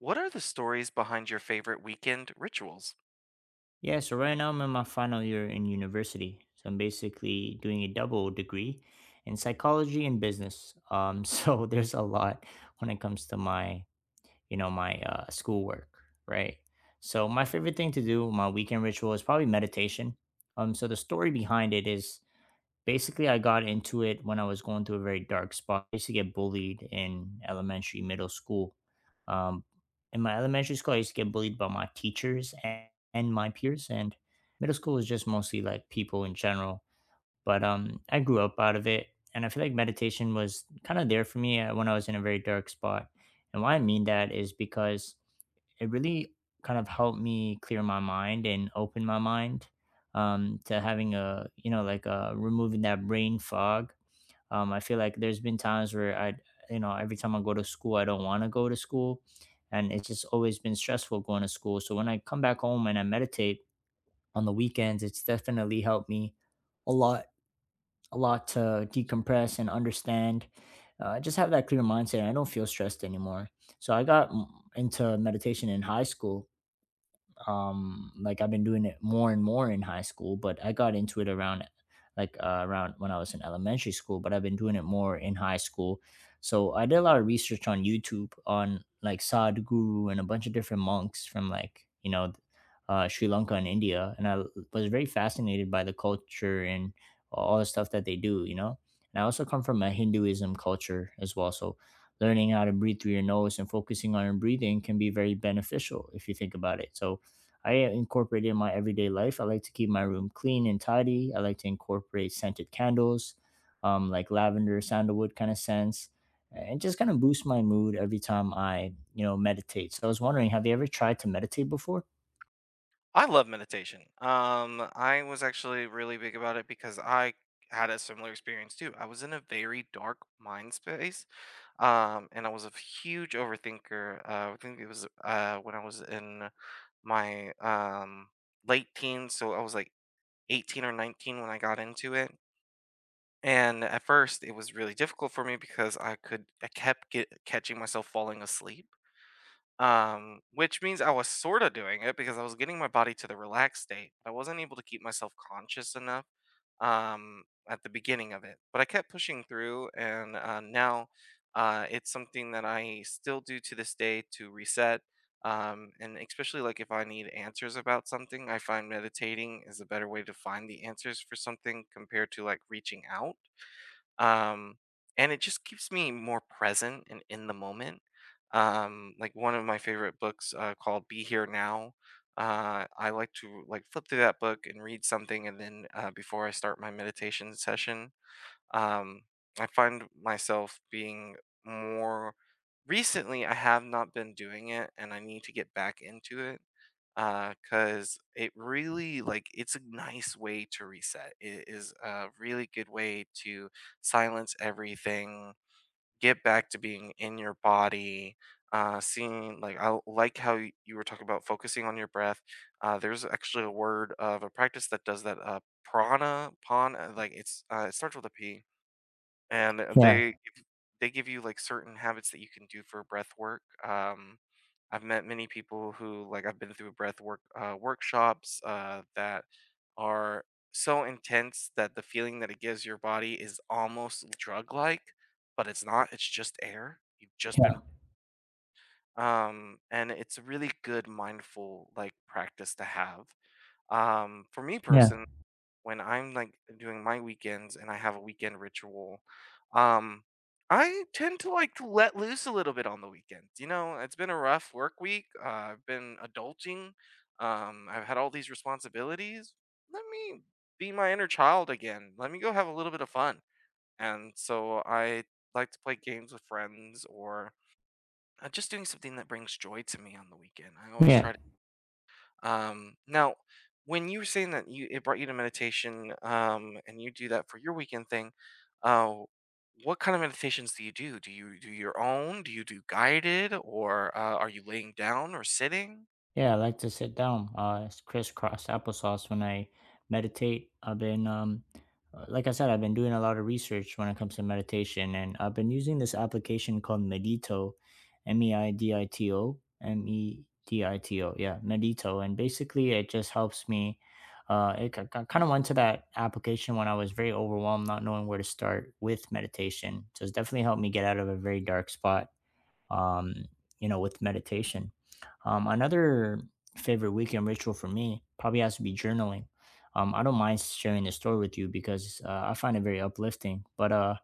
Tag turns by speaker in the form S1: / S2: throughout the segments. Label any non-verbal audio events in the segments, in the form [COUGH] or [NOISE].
S1: What are the stories behind your favorite weekend rituals?
S2: Yeah, so right now I'm in my final year in university. So I'm basically doing a double degree in psychology and business. [LAUGHS] So there's a lot when it comes to my, my schoolwork, right? So my favorite thing to do, my weekend ritual is probably meditation. So the story behind it is, basically, I got into it when I was going through a very dark spot. I used to get bullied in elementary, middle school. Um, in my elementary school, I used to get bullied by my teachers and my peers, and middle school was just mostly like people in general. But I grew up out of it, and I feel like meditation was kind of there for me when I was in a very dark spot. And why I mean that is because it really kind of helped me clear my mind and open my mind, to having a, like, removing that brain fog. I feel like there's been times where I, every time I go to school I don't want to go to school, and it's just always been stressful going to school. So when I come back home and I meditate on the weekends, it's definitely helped me a lot, to decompress and understand. Just have that clear mindset, and I don't feel stressed anymore. So I got into meditation in high school. Like, I've been doing it more and more in high school, but I got into it around when I was in elementary school, but I've been doing it more in high school. So I did a lot of research on YouTube on, like, Sadhguru and a bunch of different monks from, like, Sri Lanka and India, and I was very fascinated by the culture and all the stuff that they do, and I also come from a Hinduism culture as well. So learning how to breathe through your nose and focusing on your breathing can be very beneficial if you think about it. So I incorporate it in my everyday life. I like to keep my room clean and tidy. I like to incorporate scented candles, like lavender, sandalwood kind of scents, and just kind of boost my mood every time I, meditate. So I was wondering, have you ever tried to meditate before?
S1: I love meditation. I was actually really big about it because I had a similar experience too. I was in a very dark mind space, and I was a huge overthinker. I think it was when I was in my late teens, so I was like 18 or 19 when I got into it. And at first, it was really difficult for me because I kept catching myself falling asleep which means I was sort of doing it because I was getting my body to the relaxed state. I wasn't able to keep myself conscious enough um, at the beginning of it, but I kept pushing through, and now it's something that I still do to this day to reset. And especially like if I need answers about something, I find meditating is a better way to find the answers for something compared to like reaching out um, and it just keeps me more present and in the moment. Like one of my favorite books called "Be Here Now." I like to like flip through that book and read something, and then before I start my meditation session, um, I find myself being more recently. I have not been doing it, and I need to get back into it because it really like it's a nice way to reset. It is a really good way to silence everything, get back to being in your body. Seeing like I like how you were talking about focusing on your breath. There's actually a word of a practice that does that. Like it starts with a P, and
S2: Yeah,
S1: they give you like certain habits that you can do for breath work. I've met many people who like I've been through breath work workshops that are so intense that the feeling that it gives your body is almost drug like, but it's not. It's just air. You've just been
S2: yeah,
S1: um And it's a really good mindful like practice to have, for me
S2: yeah,
S1: personally, when I'm like doing my weekends and I have a weekend ritual, um, I tend to like to let loose a little bit on the weekends. You know, it's been a rough work week. I've been adulting. I've had all these responsibilities. Let me be my inner child again. Let me go have a little bit of fun. And so I like to play games with friends, or just doing something that brings joy to me on the weekend. I always
S2: yeah.
S1: try to Now, when you were saying that you it brought you to meditation, and you do that for your weekend thing, uh, what kind of meditations do you do? Do you do your own? Do you do guided, or are you laying down or sitting?
S2: Yeah, I like to sit down. It's crisscross applesauce when I meditate. I've been, like I said, I've been doing a lot of research when it comes to meditation, and I've been using this application called Medito, Meidito, Medito. Yeah, Medito, and basically it just helps me. I kind of went to that application when I was very overwhelmed, not knowing where to start with meditation. So it's definitely helped me get out of a very dark spot, um, you know, with meditation. Another favorite weekend ritual for me probably has to be journaling. I don't mind sharing this story with you because I find it very uplifting. But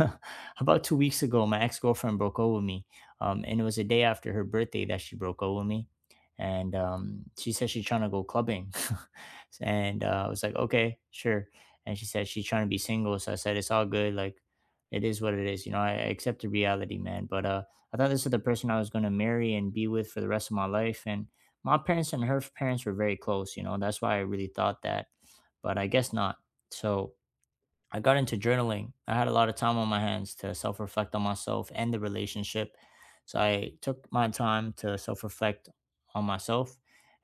S2: [LAUGHS] about 2 weeks ago, my ex girlfriend broke up with me, and it was a day after her birthday that she broke up with me. And she said she's trying to go clubbing, [LAUGHS] and I was like, okay, sure. And she said she's trying to be single, so I said it's all good. Like, it is what it is. You know, I accept the reality, man. But I thought this is the person I was going to marry and be with for the rest of my life. And my parents and her parents were very close, you know, that's why I really thought that, but I guess not. So I got into journaling. I had a lot of time on my hands to self reflect on myself and the relationship. So I took my time to self reflect on myself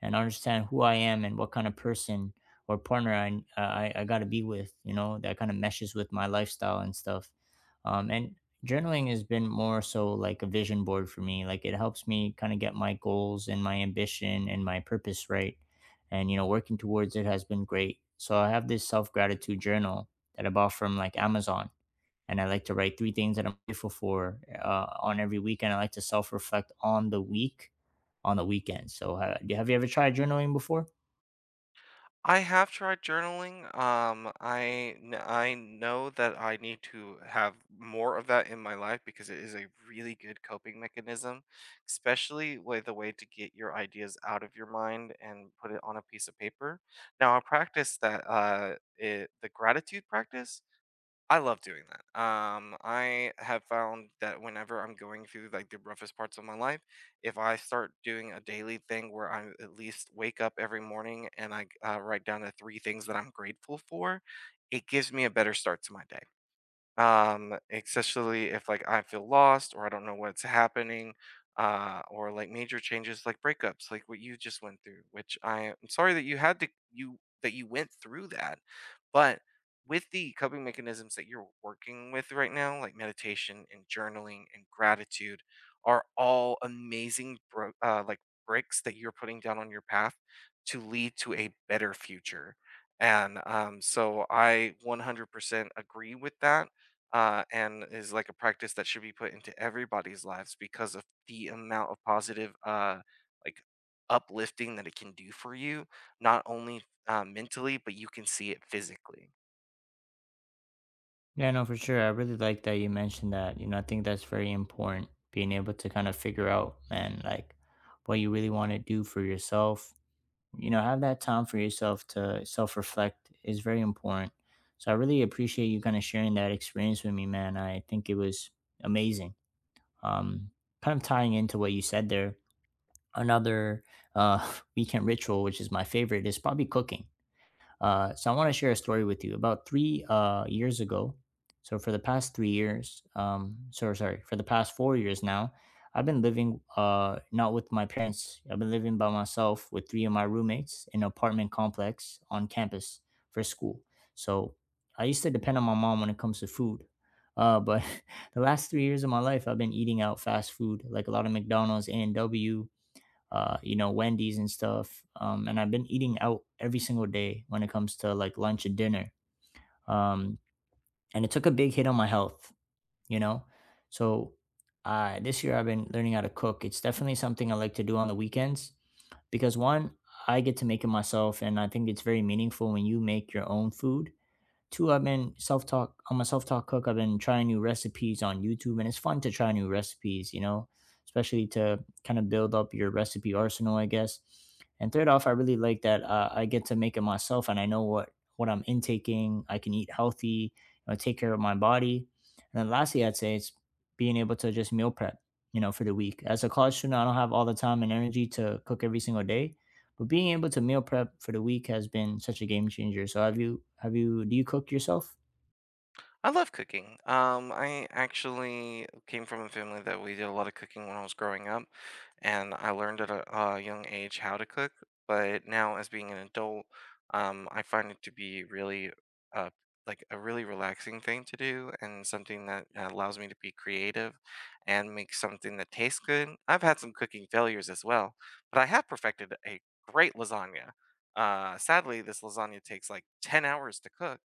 S2: and understand who I am and what kind of person or partner I got to be with, you know, that kind of meshes with my lifestyle and stuff. And journaling has been more so like a vision board for me. Like, it helps me kind of get my goals and my ambition and my purpose right. And, you know, working towards it has been great. So I have this self gratitude journal that I bought from, like, Amazon. And I like to write three things that I'm grateful for on every week. And I like to self reflect on the week on the weekend. So, have you ever tried journaling before?
S1: I have tried journaling. I I know that I need to have more of that in my life because it is a really good coping mechanism, especially with the way to get your ideas out of your mind and put it on a piece of paper. Now, I practice the gratitude practice. I love doing that. I have found that whenever I'm going through like the roughest parts of my life, if I start doing a daily thing where I at least wake up every morning and I write down the three things that I'm grateful for, it gives me a better start to my day, especially if like I feel lost or I don't know what's happening, or like major changes like breakups like what you just went through, which I am sorry that you had to you that you went through that. But with the coping mechanisms that you're working with right now, like meditation and journaling and gratitude, are all amazing like bricks that you're putting down on your path to lead to a better future. And so I 100% agree with that, and is like a practice that should be put into everybody's lives because of the amount of positive, like uplifting that it can do for you, not only mentally, but you can see it physically.
S2: Yeah, no, for sure. I really like that you mentioned that. You know, I think that's very important, being able to kind of figure out, man, like what you really want to do for yourself. You know, have that time for yourself to self reflect is very important. So, I really appreciate you kind of sharing that experience with me, man. I think it was amazing. Um, Kind of tying into. [LAUGHS] So I want to share a story with you. About three years ago, so for the past 3 years, so sorry, for the past 4 years now, I've been living, not with my parents. I've been living by myself with three of my roommates in an apartment complex on campus for school. So I used to depend on my mom when it comes to food. But [LAUGHS] the last 3 years of my life, I've been eating out fast food, like a lot of McDonald's, A&W, you know, Wendy's and stuff. And I've been eating out every single day when it comes to, like, lunch and dinner. Um, and it took a big hit on my health, you know? So this year I've been learning how to cook. It's definitely something I like to do on the weekends because, one, I get to make it myself. And I think it's very meaningful when you make your own food. Two, I've been self talk. I'm a self taught cook. I've been trying new recipes on YouTube, and it's fun to try new recipes, you know, especially to kind of build up your recipe arsenal, I guess. And third off, I really like that I get to make it myself, and I know what I'm intaking. I can eat healthy, you know, take care of my body. And then lastly, I'd say it's being able to just meal prep, you know, for the week. As a college student, I don't have all the time and energy to cook every single day, but being able to meal prep for the week has been such a game changer. So have you do you cook yourself?
S1: I love cooking. I actually came from a family that we did a lot of cooking when I was growing up, and I learned at a young age how to cook. But now, as being an adult, I find it to be really, uh, like a really relaxing thing to do, and something that allows me to be creative and make something that tastes good. I've had some cooking failures as well, but I have perfected a great lasagna. Sadly, this lasagna takes like 10 hours to cook,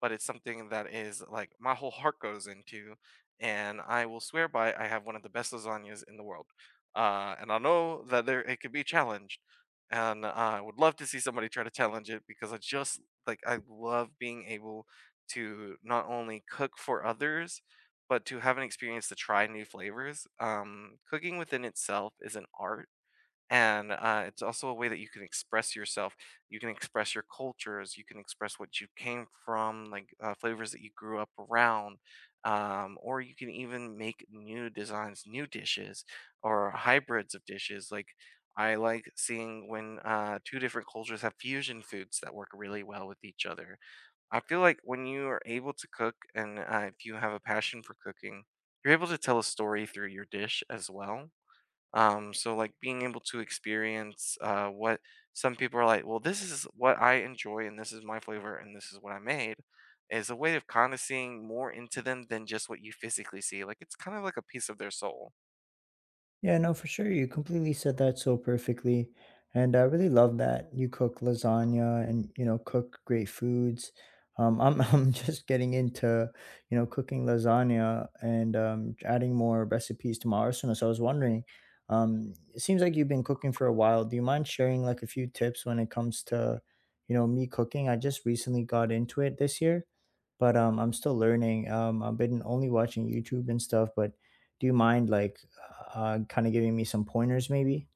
S1: but it's something that is like my whole heart goes into, and I will swear by. I have one of the best lasagnas in the world, and I know that there it could be challenged, and I would love to see somebody try to challenge it because I just like I love being able to not only cook for others, but to have an experience to try new flavors. Cooking within itself is an art, and it's also a way that you can express yourself. You can express your cultures, you can express what you came from, like flavors that you grew up around. Or you can even make new designs, new dishes, or hybrids of dishes. Like I like seeing when two different cultures have fusion foods that work really well with each other. I feel like when you are able to cook, and if you have a passion for cooking, you're able to tell a story through your dish as well. So like being able to experience what some people are like, well, this is what I enjoy and this is my flavor and this is what I made, is a way of kind of seeing more into them than just what you physically see. Like it's kind of like a piece of their soul.
S2: Yeah, no, for sure. You completely said that so perfectly. And I really love that you cook lasagna and, you know, cook great foods. I'm [LAUGHS] I'm just getting into, you know, cooking lasagna, and adding more recipes to my arsenal. So I was wondering, it seems like you've been cooking for a while. Do you mind sharing, like, a few tips when it comes to, you know, me cooking? I just recently got into it this year, but I'm still learning. I've been only watching YouTube and stuff, but do you mind, like, kind of giving me some pointers, maybe.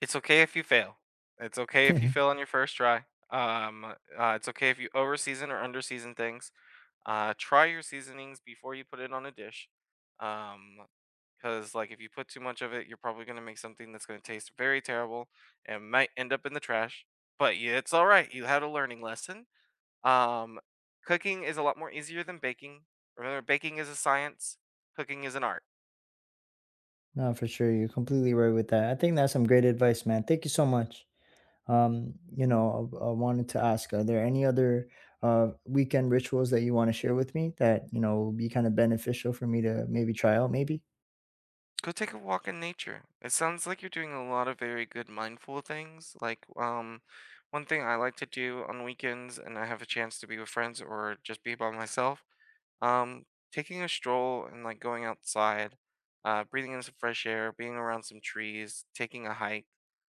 S1: It's okay if you fail. It's okay if you
S2: [LAUGHS]
S1: fail on your first try. It's okay if you over season or under season things. Try your seasonings before you put it on a dish, um, because like if you put too much of it, you're probably gonna make something that's gonna taste very terrible and might end up in the trash. But yeah, it's all right. You had a learning lesson. Um, Cooking is a lot more easier than baking. Remember, baking is a science. Cooking is an art.
S2: No, for sure. You're completely right with that. I think that's some great advice, man. Thank you so much. You know, I wanted to ask, are there any other weekend rituals that you want to share with me that, you know, will be kind of beneficial for me to maybe try out, maybe?
S1: Go take a walk in nature. It sounds like you're doing a lot of very good mindful things. Like, one thing I like to do on weekends, and I have a chance to be with friends or just be by myself. Um, Taking a stroll and like going outside, breathing in some fresh air, being around some trees, taking a hike,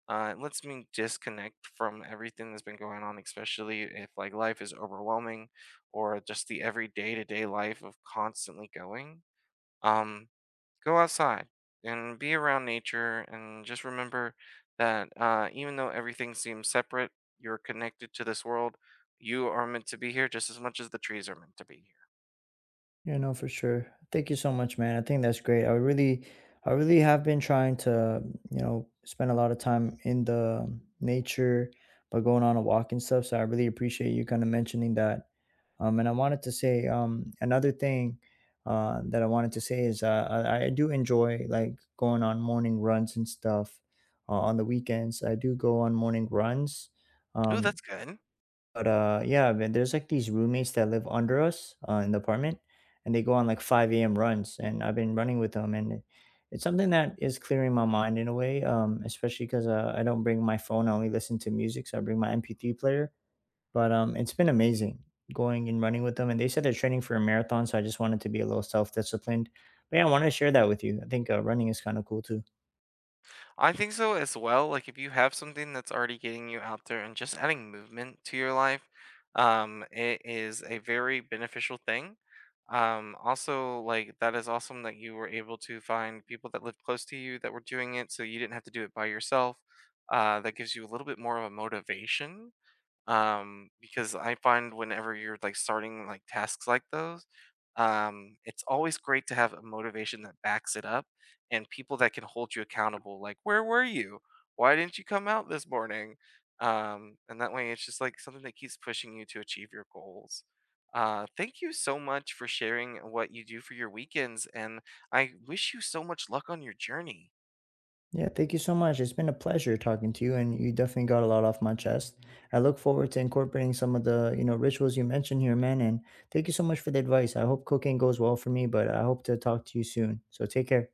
S1: it lets me disconnect from everything that's been going on, especially if like life is overwhelming or just the everyday to day life of constantly going. Um, Go outside and be around nature and just remember that, even though everything seems separate, you're connected to this world. You are meant to be here just as much as the trees are meant to be here.
S2: Yeah, no, for sure. Thank you so much, man. I think that's great. I really have been trying to, you know, spend a lot of time in the nature by going on a walk and stuff. So I really appreciate you kind of mentioning that. And I wanted to say, another thing, that I wanted to say is, I do enjoy, like, going on morning runs and stuff. On the weekends, I do go on morning runs.
S1: Ooh,
S2: Um,
S1: that's good.
S2: but, yeah, man, there's, like, these roommates that live under us, in the apartment, and they go on, like, 5 a.m. runs, and I've been running with them, and it's something that is clearing my mind in a way, especially 'cause, I don't bring my phone, I only listen to music, so I bring my MP3 player, but, it's been amazing going and running with them, and they said they're training for a marathon, so I just wanted to be a little self-disciplined. But, yeah, I wanted to share that with you. I think, running is kinda cool too.
S1: I think so as well. Like if you have something that's already getting you out there and just adding movement to your life, it is a very beneficial thing. Also, like that is awesome that you were able to find people that lived close to you that were doing it, so you didn't have to do it by yourself. That gives you a little bit more of a motivation, because I find whenever you're like starting like tasks like those, it's always great to have a motivation that backs it up, and people that can hold you accountable, like where were you, why didn't you come out this morning. And that way, it's just like something that keeps pushing you to achieve your goals. Thank you so much for sharing what you do for your weekends, and I wish you so much luck on your journey.
S2: Yeah, thank you so much. It's been a pleasure talking to you, and you definitely got a lot off my chest. I look forward to incorporating some of the, you know, rituals you mentioned here, man. And thank you so much for the advice. I hope cooking goes well for me, but I hope to talk to you soon. So take care.